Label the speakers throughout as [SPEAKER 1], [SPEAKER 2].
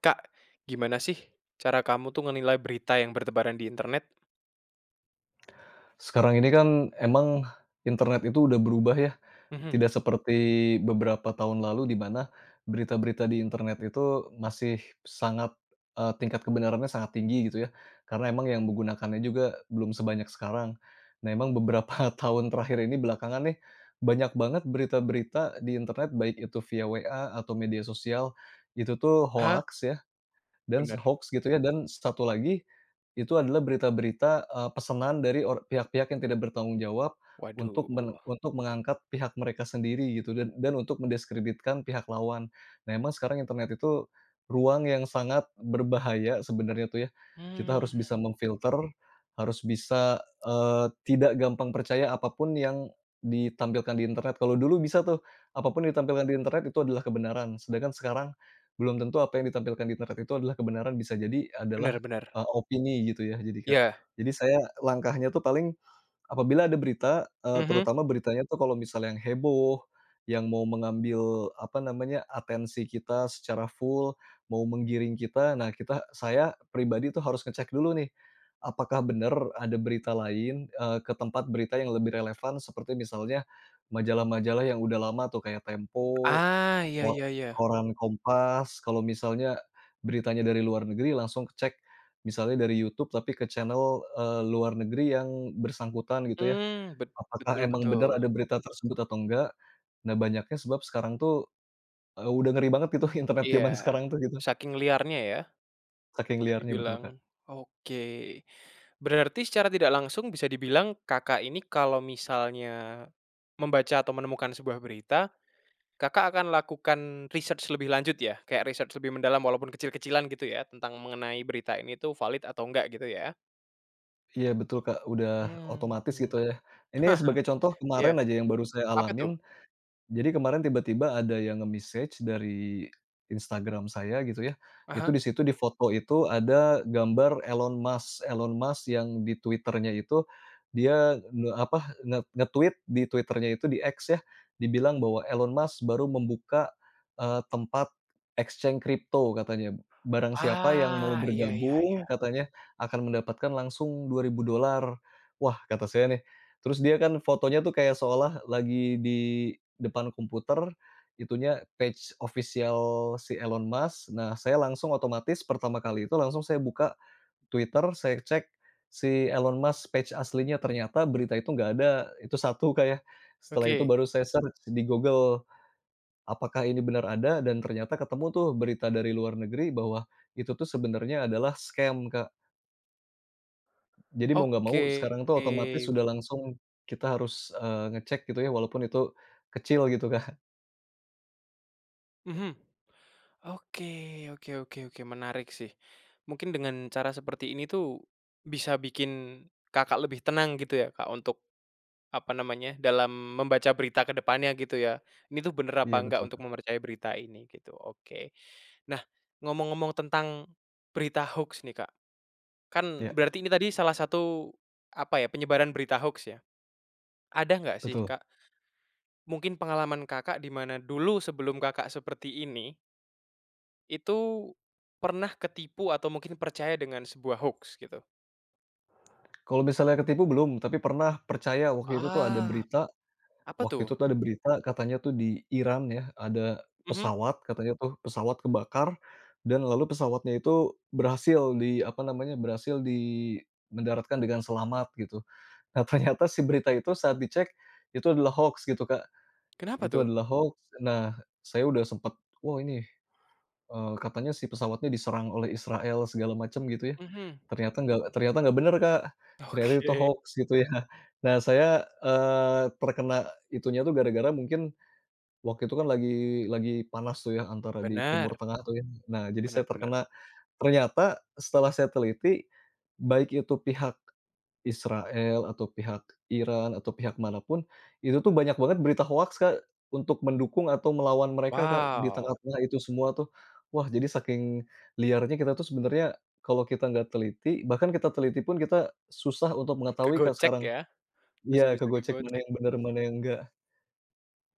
[SPEAKER 1] Kak, gimana sih cara kamu tuh menilai berita yang bertebaran di internet?
[SPEAKER 2] Sekarang ini kan emang internet itu udah berubah ya,
[SPEAKER 1] Mhm.
[SPEAKER 2] tidak seperti beberapa tahun lalu di mana berita-berita di internet itu masih sangat, tingkat kebenarannya sangat tinggi gitu ya, karena emang yang menggunakannya juga belum sebanyak sekarang. Nah, emang beberapa tahun terakhir ini belakangan nih, banyak banget berita-berita di internet baik itu via WA atau media sosial, itu tuh
[SPEAKER 1] Hah?
[SPEAKER 2] hoax ya, dan
[SPEAKER 1] Bener.
[SPEAKER 2] hoax gitu ya, dan satu lagi itu adalah berita-berita, pesanan dari pihak-pihak yang tidak bertanggung jawab
[SPEAKER 1] Waduh.
[SPEAKER 2] untuk mengangkat pihak mereka sendiri gitu dan untuk mendiskreditkan pihak lawan. Nah, emang sekarang internet itu ruang yang sangat berbahaya sebenarnya tuh ya. Kita harus
[SPEAKER 1] Mmm,
[SPEAKER 2] bisa memfilter, harus bisa, tidak gampang percaya apapun yang ditampilkan di internet. Kalau dulu bisa tuh, apapun pun ditampilkan di internet itu adalah kebenaran, sedangkan sekarang belum tentu apa yang ditampilkan di internet itu adalah kebenaran, bisa jadi
[SPEAKER 1] bener
[SPEAKER 2] adalah
[SPEAKER 1] bener.
[SPEAKER 2] Opini gitu ya jadi Kak.
[SPEAKER 1] Iya.
[SPEAKER 2] Jadi saya langkahnya tuh paling apabila ada berita,
[SPEAKER 1] Mhm.
[SPEAKER 2] terutama beritanya tuh kalau misalnya yang heboh, yang mau mengambil apa namanya, atensi kita secara full, mau menggiring kita, nah saya pribadi tuh harus ngecek dulu nih, apakah bener ada berita lain, ke tempat berita yang lebih relevan seperti misalnya majalah-majalah yang udah lama tuh kayak Tempo,
[SPEAKER 1] Ah, iya
[SPEAKER 2] Ko
[SPEAKER 1] iya iya.
[SPEAKER 2] koran Kompas, kalau misalnya beritanya dari luar negeri langsung cek misalnya dari YouTube tapi ke channel, luar negeri yang bersangkutan gitu ya,
[SPEAKER 1] Mmm, bet
[SPEAKER 2] apakah
[SPEAKER 1] betul
[SPEAKER 2] emang bener
[SPEAKER 1] betul.
[SPEAKER 2] ada berita tersebut atau enggak. Nah banyaknya sebab sekarang tuh, udah ngeri banget gitu internet zaman
[SPEAKER 1] Iya.
[SPEAKER 2] sekarang tuh gitu,
[SPEAKER 1] Saking liarnya ya,
[SPEAKER 2] saking
[SPEAKER 1] bisa
[SPEAKER 2] liarnya betul,
[SPEAKER 1] dibilang.
[SPEAKER 2] Kak.
[SPEAKER 1] Oke. Berarti secara tidak langsung bisa dibilang Kakak ini kalau misalnya membaca atau menemukan sebuah berita, Kakak akan lakukan research lebih lanjut ya? Kayak research lebih mendalam walaupun kecil-kecilan gitu ya, tentang mengenai berita ini tuh valid atau enggak gitu ya?
[SPEAKER 2] Iya betul, Kak, udah
[SPEAKER 1] Mmm.
[SPEAKER 2] otomatis gitu ya. Ini sebagai contoh
[SPEAKER 1] Iya,
[SPEAKER 2] kemarin aja yang baru saya
[SPEAKER 1] apa tuh?
[SPEAKER 2] alamin. Jadi kemarin tiba-tiba ada yang nge-message dari Instagram saya gitu ya,
[SPEAKER 1] Ah
[SPEAKER 2] itu
[SPEAKER 1] hah.
[SPEAKER 2] di situ di foto itu ada gambar Elon Musk. Elon Musk yang di Twitter-nya itu dia nge apa, nge-tweet di Twitter-nya itu, di X ya, dibilang bahwa Elon Musk baru membuka, tempat exchange kripto katanya. Barang siapa yang mau
[SPEAKER 1] Ah, iya iya.
[SPEAKER 2] bergabung katanya akan mendapatkan langsung $2.000. Wah kata saya nih, terus dia kan fotonya tuh kayak seolah lagi di depan komputer, itunya page official si Elon Musk. Nah, saya langsung otomatis pertama kali itu langsung saya buka Twitter, saya cek si Elon Musk page aslinya, ternyata berita itu nggak ada, itu satu Kak, ya. Setelah itu
[SPEAKER 1] Oke
[SPEAKER 2] baru saya search di Google, apakah ini benar ada dan ternyata ketemu tuh berita dari luar negeri bahwa itu tuh sebenarnya adalah scam, Kak. Jadi mau nggak mau sekarang
[SPEAKER 1] oke.
[SPEAKER 2] tuh otomatis sudah langsung kita harus, ngecek gitu ya, walaupun itu kecil gitu, Kak.
[SPEAKER 1] Mhm. Oke oke oke oke, menarik sih. Mungkin dengan cara seperti ini tuh, bisa bikin Kakak lebih tenang gitu ya, Kak, untuk apa namanya, dalam membaca berita ke depannya gitu ya. Ini tuh bener apa
[SPEAKER 2] Iya
[SPEAKER 1] enggak
[SPEAKER 2] betul,
[SPEAKER 1] untuk
[SPEAKER 2] Kak.
[SPEAKER 1] mempercayai berita ini gitu, oke. Nah, ngomong-ngomong tentang berita hoax nih, Kak, kan
[SPEAKER 2] Iya,
[SPEAKER 1] berarti ini tadi salah satu, apa ya, penyebaran berita hoax ya. Ada nggak sih,
[SPEAKER 2] betul.
[SPEAKER 1] Kak, mungkin pengalaman Kakak di mana dulu sebelum Kakak seperti ini, itu pernah ketipu atau mungkin percaya dengan sebuah hoax gitu?
[SPEAKER 2] Kalau misalnya ketipu belum, tapi pernah percaya waktu itu tuh ada
[SPEAKER 1] Ah,
[SPEAKER 2] berita.
[SPEAKER 1] apa tuh?
[SPEAKER 2] Katanya tuh di Iran ya, ada
[SPEAKER 1] Mhm,
[SPEAKER 2] pesawat katanya tuh pesawat kebakar dan lalu pesawatnya itu berhasil di apa namanya, berhasil di mendaratkan dengan selamat gitu. Nah ternyata si berita itu saat dicek, itu adalah hoax gitu Kak,
[SPEAKER 1] kenapa
[SPEAKER 2] itu
[SPEAKER 1] tuh?
[SPEAKER 2] adalah hoax. Nah saya udah sempet, "Wah ini," katanya si pesawatnya diserang oleh Israel segala macam gitu ya.
[SPEAKER 1] Mhm,
[SPEAKER 2] Ternyata nggak bener, Kak. Ternyata itu
[SPEAKER 1] oke,
[SPEAKER 2] hoaks gitu ya. Nah saya, terkena itunya tuh gara-gara mungkin waktu itu kan lagi panas tuh ya antara di
[SPEAKER 1] benar,
[SPEAKER 2] Timur Tengah tuh ya. Nah jadi
[SPEAKER 1] benar
[SPEAKER 2] saya
[SPEAKER 1] benar.
[SPEAKER 2] terkena, ternyata setelah saya teliti, baik itu pihak Israel atau pihak Iran atau pihak mana pun, itu tuh banyak banget berita hoaks, Kak, untuk mendukung atau melawan mereka, Kak, di
[SPEAKER 1] Wow,
[SPEAKER 2] tengah-tengah itu semua tuh. Wah, jadi saking liarnya kita tuh sebenarnya kalau kita nggak teliti, bahkan kita teliti pun kita susah untuk mengetahui, Kak,
[SPEAKER 1] kegocek
[SPEAKER 2] sekarang.
[SPEAKER 1] ya,
[SPEAKER 2] Iya,
[SPEAKER 1] masih bisa
[SPEAKER 2] kegocek mana
[SPEAKER 1] kegocek.
[SPEAKER 2] yang benar mana yang enggak.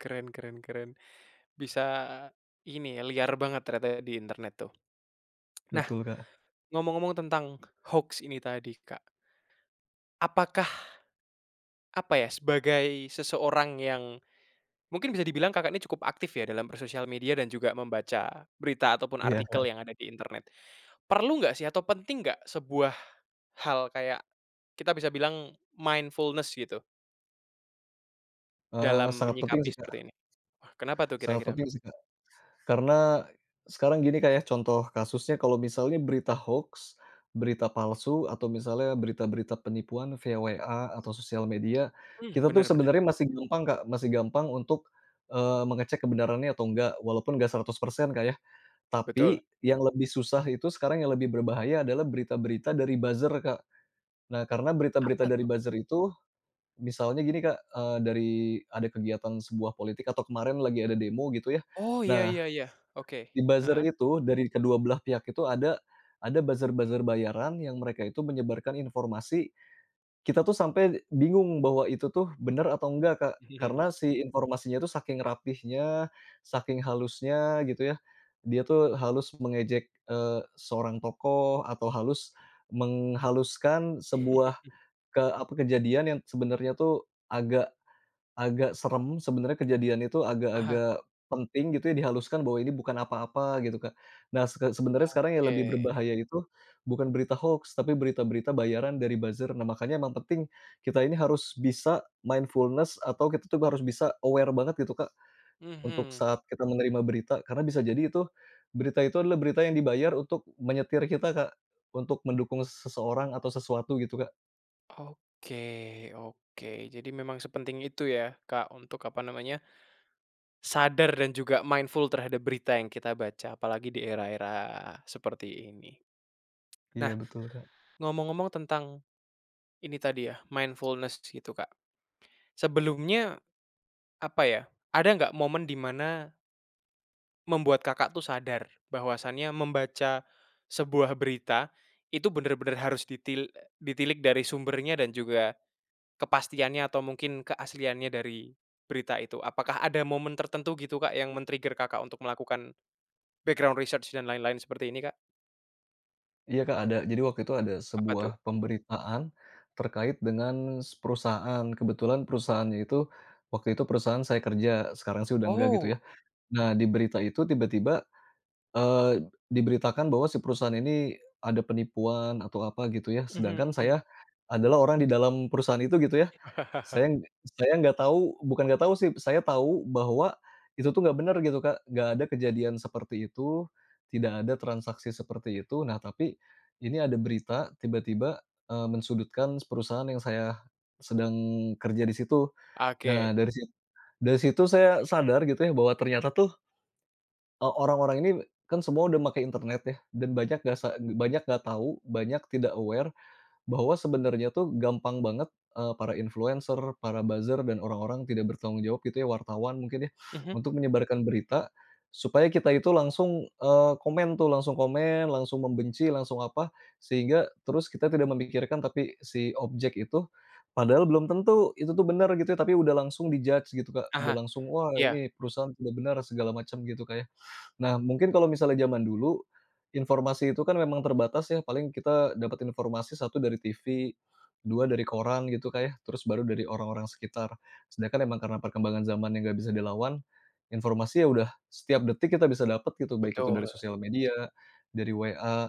[SPEAKER 1] Keren keren keren. Bisa ini ya, liar banget ternyata di internet tuh. Nah,
[SPEAKER 2] Betul, Kak.
[SPEAKER 1] ngomong-ngomong tentang hoax ini tadi, Kak. Apakah, apa ya, sebagai seseorang yang mungkin bisa dibilang Kakak ini cukup aktif ya dalam bersosial media dan juga membaca berita ataupun
[SPEAKER 2] Iya,
[SPEAKER 1] artikel yang ada di internet. Perlu nggak sih atau penting nggak sebuah hal kayak kita bisa bilang mindfulness gitu dalam
[SPEAKER 2] sangat penting
[SPEAKER 1] menyikapi
[SPEAKER 2] sih,
[SPEAKER 1] seperti
[SPEAKER 2] Kak,
[SPEAKER 1] ini? Wah, kenapa tuh
[SPEAKER 2] sangat
[SPEAKER 1] kira-kira,
[SPEAKER 2] penting
[SPEAKER 1] Kak?
[SPEAKER 2] sih, Kak. Karena sekarang gini, kayak contoh kasusnya kalau misalnya berita hoax, berita palsu, atau misalnya berita-berita penipuan via WA atau sosial media,
[SPEAKER 1] Mmm,
[SPEAKER 2] kita tuh
[SPEAKER 1] bener bener.
[SPEAKER 2] sebenarnya masih gampang, Kak, masih gampang untuk, mengecek kebenarannya atau enggak, walaupun nggak 100 persen Kak, ya.
[SPEAKER 1] Betul.
[SPEAKER 2] Tapi yang lebih susah itu sekarang yang lebih berbahaya adalah berita-berita dari buzzer, Kak. Nah, karena berita-berita
[SPEAKER 1] Apa
[SPEAKER 2] dari
[SPEAKER 1] tuh?
[SPEAKER 2] buzzer itu misalnya gini, Kak, eee, dari ada kegiatan sebuah politik atau kemarin lagi ada demo gitu ya.
[SPEAKER 1] Oh, iya
[SPEAKER 2] Nah
[SPEAKER 1] iya iya. Oke.
[SPEAKER 2] di buzzer
[SPEAKER 1] Heeh.
[SPEAKER 2] itu, dari kedua belah pihak itu ada buzzer-buzzer bayaran yang mereka itu menyebarkan informasi, kita tuh sampai bingung bahwa itu tuh bener atau enggak, Kak. Karena si informasinya itu saking rapihnya, saking halusnya gitu ya, dia tuh halus mengejek, seorang tokoh atau halus menghaluskan sebuah ke apa, kejadian yang sebenarnya tuh agak Agak serem sebenarnya, kejadian itu
[SPEAKER 1] Aha,
[SPEAKER 2] agak-agak penting gitu ya, dihaluskan bahwa ini bukan apa-apa gitu, Kak. Nah seke Sebenarnya sekarang yang
[SPEAKER 1] oke.
[SPEAKER 2] lebih berbahaya itu bukan berita hoaks, tapi berita-berita bayaran dari buzzer. Nah makanya emang penting kita ini harus bisa mindfulness atau kita tuh harus bisa aware banget gitu, Kak, untuk
[SPEAKER 1] Mhm.
[SPEAKER 2] saat kita menerima berita karena bisa jadi itu berita itu adalah berita yang dibayar untuk menyetir kita, Kak, untuk mendukung seseorang atau sesuatu gitu, Kak.
[SPEAKER 1] Oke oke. Jadi memang sepenting itu ya, Kak, untuk, apa namanya, sadar dan juga mindful terhadap berita yang kita baca, apalagi di era-era seperti ini. Nah,
[SPEAKER 2] Iya betul, Kak.
[SPEAKER 1] ngomong-ngomong tentang ini tadi ya, mindfulness gitu, Kak. Sebelumnya, apa ya, ada nggak momen di mana membuat Kakak tuh sadar bahwasannya membaca sebuah berita itu benar-benar harus ditilik dari sumbernya dan juga kepastiannya atau mungkin keasliannya dari berita itu. Apakah ada momen tertentu gitu, Kak, yang men-trigger Kakak untuk melakukan background research dan lain-lain seperti ini, Kak?
[SPEAKER 2] Iya, Kak, ada. Jadi waktu itu ada
[SPEAKER 1] Apa
[SPEAKER 2] sebuah
[SPEAKER 1] tuh?
[SPEAKER 2] pemberitaan terkait dengan perusahaan. Kebetulan perusahaannya itu waktu itu perusahaan saya kerja, sekarang sih udah enggak gitu
[SPEAKER 1] Oh,
[SPEAKER 2] ya. Nah, di berita itu tiba-tiba, eee, diberitakan bahwa si perusahaan ini ada penipuan atau apa gitu ya,
[SPEAKER 1] mhm
[SPEAKER 2] sedangkan saya
[SPEAKER 1] mhm.
[SPEAKER 2] adalah orang di dalam perusahaan itu gitu ya. Saya ng saya nggak tahu, bukan nggak tahu sih, saya tahu bahwa itu tuh nggak bener gitu, Kak. Nggak ada kejadian seperti itu, tidak ada transaksi seperti itu. Nah, tapi ini ada berita tiba-tiba, mensudutkan perusahaan yang saya sedang kerja di situ. Nah,
[SPEAKER 1] Oke,
[SPEAKER 2] dari situ saya sadar gitu ya bahwa ternyata tuh, orang-orang ini kan semua udah makai internet ya dan banyak nggak tahu, banyak tidak aware bahwa sebenarnya tuh gampang banget, para influencer, para buzzer, dan orang-orang tidak bertanggung jawab gitu ya, wartawan mungkin ya,
[SPEAKER 1] mhm,
[SPEAKER 2] untuk menyebarkan berita supaya kita itu langsung, komen tuh, langsung komen, langsung membenci, langsung apa, sehingga terus kita tidak memikirkan tapi si objek itu padahal belum tentu itu tuh benar gitu ya, tapi udah langsung dijudge gitu, Kak. Udah
[SPEAKER 1] aha,
[SPEAKER 2] langsung, "Wah,
[SPEAKER 1] iya,
[SPEAKER 2] ini perusahaan tidak benar," segala macam gitu, Kak, ya. Nah, mungkin kalau misalnya zaman dulu, informasi itu kan memang terbatas ya, paling kita dapat informasi satu dari TV, 2 dari koran gitu kayak terus baru dari orang-orang sekitar. Sedangkan emang karena perkembangan zaman yang nggak bisa dilawan, informasi ya udah setiap detik kita bisa dapat gitu, baik itu dari
[SPEAKER 1] betul,
[SPEAKER 2] sosial media, dari WA.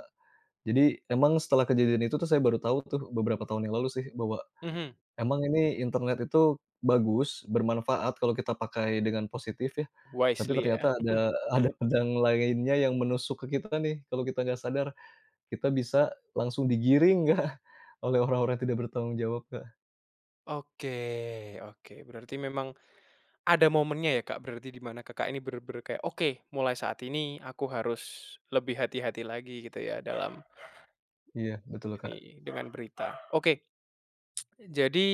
[SPEAKER 2] Jadi emang setelah kejadian itu tuh saya baru tahu tuh beberapa tahun yang lalu sih, bahwa
[SPEAKER 1] mhm,
[SPEAKER 2] emang ini internet itu bagus, bermanfaat kalau kita pakai dengan positif tapi
[SPEAKER 1] wisely
[SPEAKER 2] ternyata
[SPEAKER 1] ya.
[SPEAKER 2] ada ada pedang lainnya yang menusuk ke kita nih, kalau kita nggak sadar, kita bisa langsung digiring, Kak, oleh orang-orang yang tidak bertanggung jawab, Kak.
[SPEAKER 1] Oke oke, berarti memang ada momennya ya Kak, berarti di mana Kakak ini bener-bener kayak, "Oke, mulai saat ini aku harus lebih hati-hati lagi," gitu ya dalam
[SPEAKER 2] Iya, betul, Kak,
[SPEAKER 1] ini dengan berita. Oke, jadi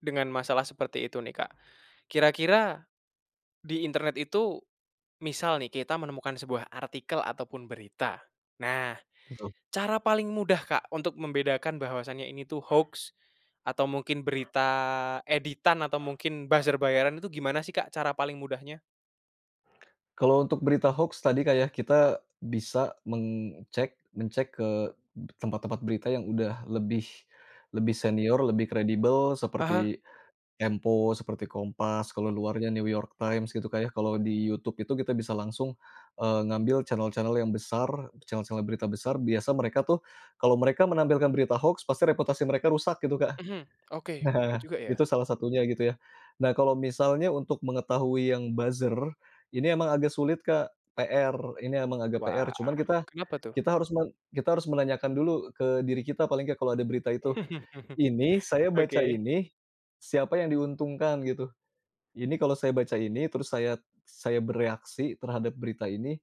[SPEAKER 1] dengan masalah seperti itu nih Kak, kira-kira di internet itu misal nih kita menemukan sebuah artikel ataupun berita. Nah,
[SPEAKER 2] betul.
[SPEAKER 1] cara paling mudah Kak untuk membedakan bahwasannya ini tuh hoax atau mungkin berita editan atau mungkin buzzer bayaran itu gimana sih Kak cara paling mudahnya?
[SPEAKER 2] Kalau untuk berita hoax tadi kayak kita bisa mencek ke tempat-tempat berita yang udah lebih lebih senior, lebih kredibel
[SPEAKER 1] Ah.
[SPEAKER 2] seperti Tempo, seperti Kompas, kalau luarnya New York Times gitu, Kak, ya. Kalau di YouTube itu kita bisa langsung, ngambil channel-channel yang besar, channel-channel berita besar, biasa mereka tuh kalau mereka menampilkan berita hoaks pasti reputasi mereka rusak gitu, Kak.
[SPEAKER 1] Mhm, oke, bener
[SPEAKER 2] Nah,
[SPEAKER 1] juga ya.
[SPEAKER 2] itu salah satunya gitu ya. Nah, kalau misalnya untuk mengetahui yang buzzer, ini emang agak sulit, Kak, PR, ini emang agak PR,
[SPEAKER 1] Wah,
[SPEAKER 2] cuman kita
[SPEAKER 1] kenapa tuh?
[SPEAKER 2] kita harus men kita harus menanyakan dulu ke diri kita paling nggak kalau ada berita itu, "Ini saya baca
[SPEAKER 1] Oke,
[SPEAKER 2] ini, siapa yang diuntungkan?" Gitu. Ini kalau saya baca ini, terus saya bereaksi terhadap berita ini,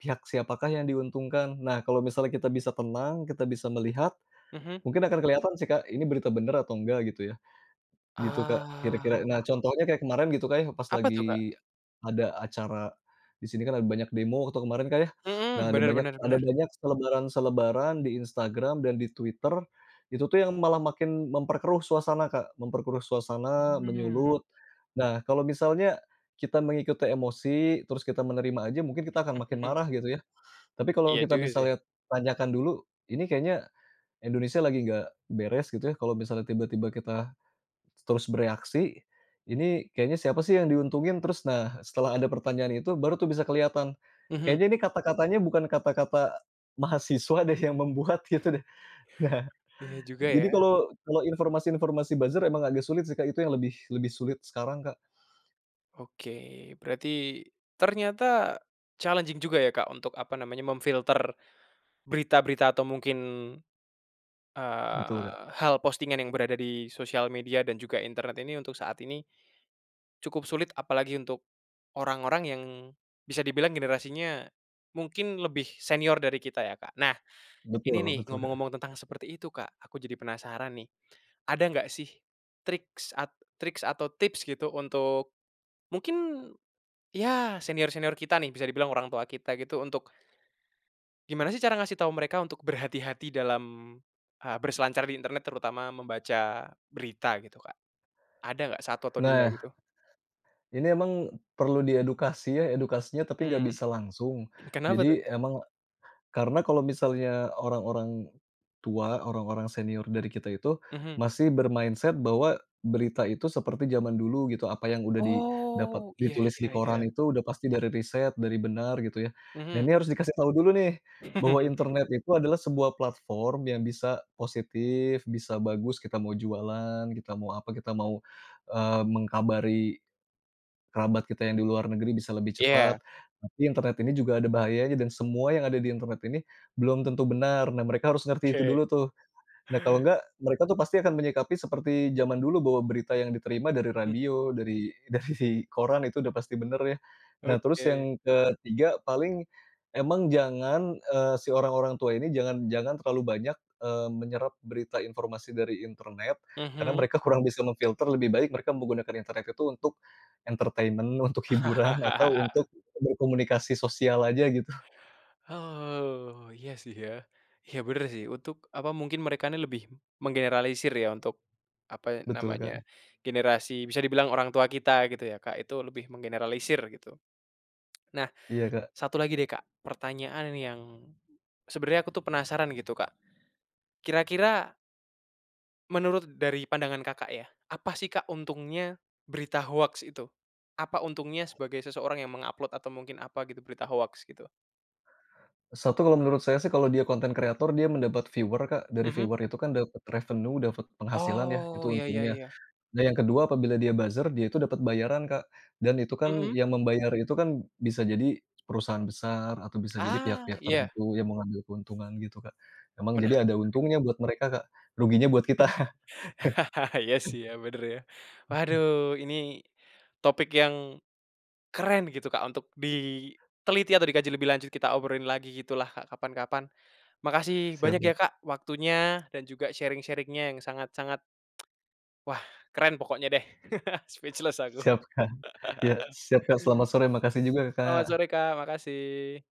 [SPEAKER 2] pihak siapakah yang diuntungkan? Nah, kalau misalnya kita bisa tenang, kita bisa melihat,
[SPEAKER 1] mhm.
[SPEAKER 2] mungkin akan kelihatan sih Kak, ini berita benar atau enggak gitu ya. Gitu, Kak, kira-kira.
[SPEAKER 1] Ah,
[SPEAKER 2] Nah, contohnya kayak kemarin gitu, Kak, ya, pas
[SPEAKER 1] apa tuh, Kak?
[SPEAKER 2] lagi ada acara di sini, kan ada banyak demo waktu kemarin, Kak, ya. Nah,
[SPEAKER 1] Mhm,
[SPEAKER 2] ada
[SPEAKER 1] bener
[SPEAKER 2] banyak
[SPEAKER 1] bener
[SPEAKER 2] ada
[SPEAKER 1] bener.
[SPEAKER 2] banyak selebaran-selebaran di Instagram dan di Twitter, itu tuh yang malah makin memperkeruh suasana, Kak, memperkeruh suasana,
[SPEAKER 1] Mmm,
[SPEAKER 2] menyulut. Nah, kalau misalnya kita mengikuti emosi, terus kita menerima aja mungkin kita akan makin
[SPEAKER 1] mhm.
[SPEAKER 2] marah gitu ya. Tapi kalau
[SPEAKER 1] Iya
[SPEAKER 2] kita
[SPEAKER 1] juga sih.
[SPEAKER 2] misalnya tanyakan dulu, ini kayaknya Indonesia lagi nggak beres gitu ya, kalau misalnya tiba-tiba kita terus bereaksi, ini kayaknya siapa sih yang diuntungin? Terus nah, setelah ada pertanyaan itu baru tuh bisa kelihatan,
[SPEAKER 1] Mhm,
[SPEAKER 2] kayaknya ini kata-katanya bukan kata-kata mahasiswa deh yang membuat gitu deh. Nah,
[SPEAKER 1] iya juga ya.
[SPEAKER 2] jadi kalau kalau informasi-informasi buzzer emang agak sulit sih, Kak, itu yang lebih lebih sulit sekarang, Kak.
[SPEAKER 1] Oke, berarti ternyata challenging juga ya, Kak, untuk apa namanya, memfilter berita-berita atau mungkin,
[SPEAKER 2] Betul, Kak.
[SPEAKER 1] hal postingan yang berada di sosial media dan juga internet ini untuk saat ini cukup sulit apalagi untuk orang-orang yang bisa dibilang generasinya mungkin lebih senior dari kita ya, Kak. Nah, ini
[SPEAKER 2] Betul
[SPEAKER 1] nih
[SPEAKER 2] betul, Kak.
[SPEAKER 1] ngomong-ngomong tentang seperti itu, Kak, aku jadi penasaran nih. Ada nggak sih triks at triks atau tips gitu untuk mungkin ya senior-senior kita nih, bisa dibilang orang tua kita gitu, untuk gimana sih cara ngasih tahu mereka untuk berhati-hati dalam, berselancar di internet terutama membaca berita gitu, Kak? Ada nggak satu atau 2
[SPEAKER 2] Nah,
[SPEAKER 1] gitu?
[SPEAKER 2] ini emang perlu diedukasi ya, edukasinya tapi nggak
[SPEAKER 1] Hmm,
[SPEAKER 2] bisa langsung.
[SPEAKER 1] kenapa tuh?
[SPEAKER 2] Jadi emang, karena kalau misalnya orang-orang tua, orang-orang senior dari kita itu
[SPEAKER 1] Mhm.
[SPEAKER 2] masih bermindset bahwa berita itu seperti zaman dulu gitu, apa yang udah didapat
[SPEAKER 1] Oh, iya
[SPEAKER 2] ditulis
[SPEAKER 1] iya
[SPEAKER 2] di koran
[SPEAKER 1] iya.
[SPEAKER 2] itu udah pasti dari riset, dari benar gitu ya. Nah
[SPEAKER 1] Mhm.
[SPEAKER 2] ini harus dikasih tahu dulu nih, bahwa internet itu adalah sebuah platform yang bisa positif, bisa bagus, kita mau jualan, kita mau apa, kita mau, mengkabari kerabat kita yang di luar negeri bisa lebih
[SPEAKER 1] Iya,
[SPEAKER 2] cepat. Tapi internet ini juga ada bahayanya dan semua yang ada di internet ini belum tentu benar. Nah, mereka harus ngerti itu
[SPEAKER 1] oke.
[SPEAKER 2] dulu tuh. Nah, kalau enggak, mereka tuh pasti akan menyikapi seperti zaman dulu bahwa berita yang diterima dari radio, dari dari koran itu udah pasti bener ya. Nah, terus
[SPEAKER 1] Oke.
[SPEAKER 2] yang ketiga paling emang jangan, si orang-orang tua ini jangan jangan terlalu banyak, menyerap berita informasi dari internet, karena
[SPEAKER 1] Mhm.
[SPEAKER 2] mereka kurang bisa memfilter, lebih baik mereka menggunakan internet itu untuk entertainment, untuk hiburan, atau untuk berkomunikasi sosial aja gitu.
[SPEAKER 1] Oh, iya sih ya. Iya bener sih, untuk apa, mungkin mereka ini lebih menggeneralisir ya untuk, apa
[SPEAKER 2] Betul,
[SPEAKER 1] namanya,
[SPEAKER 2] Kak.
[SPEAKER 1] generasi bisa dibilang orang tua kita gitu ya, Kak, itu lebih menggeneralisir gitu. Nah,
[SPEAKER 2] Iya, Kak.
[SPEAKER 1] satu lagi deh, Kak, pertanyaan yang sebenarnya aku tuh penasaran gitu, Kak. Kira-kira menurut dari pandangan Kakak ya, apa sih Kak untungnya berita hoax itu? Apa untungnya sebagai seseorang yang mengupload atau mungkin apa gitu berita hoax gitu?
[SPEAKER 2] Satu kalau menurut saya sih kalau dia konten kreator dia mendapat viewer Kak, dari
[SPEAKER 1] Mhm.
[SPEAKER 2] viewer itu kan dapat revenue, dapat penghasilan ya, itu
[SPEAKER 1] Oh, ya ya
[SPEAKER 2] untungnya.
[SPEAKER 1] ya.
[SPEAKER 2] Nah yang kedua apabila dia buzzer, dia itu dapat bayaran Kak, dan itu kan
[SPEAKER 1] Mhm.
[SPEAKER 2] yang membayar itu kan bisa jadi perusahaan besar atau bisa jadi
[SPEAKER 1] Ah,
[SPEAKER 2] pihak-pihak
[SPEAKER 1] iya,
[SPEAKER 2] tertentu yang mengambil keuntungan gitu Kak. Memang jadi
[SPEAKER 1] menarik
[SPEAKER 2] ada
[SPEAKER 1] menarik.
[SPEAKER 2] untungnya buat mereka Kak, ruginya buat kita.
[SPEAKER 1] Iya sih ya, bener ya. Waduh, ini topik yang keren gitu Kak untuk diteliti atau dikaji lebih lanjut, kita obrolin lagi gitulah Kak kapan-kapan. Makasih
[SPEAKER 2] Siap
[SPEAKER 1] banyak ya
[SPEAKER 2] Kak,
[SPEAKER 1] Kak waktunya dan juga sharing sharingnya yang sangat-sangat wah, keren pokoknya deh. Speechless aku.
[SPEAKER 2] siap Kak, ya, siap Kak, selamat sore, makasih juga
[SPEAKER 1] Selamat sore
[SPEAKER 2] Kak.
[SPEAKER 1] Kak, makasih.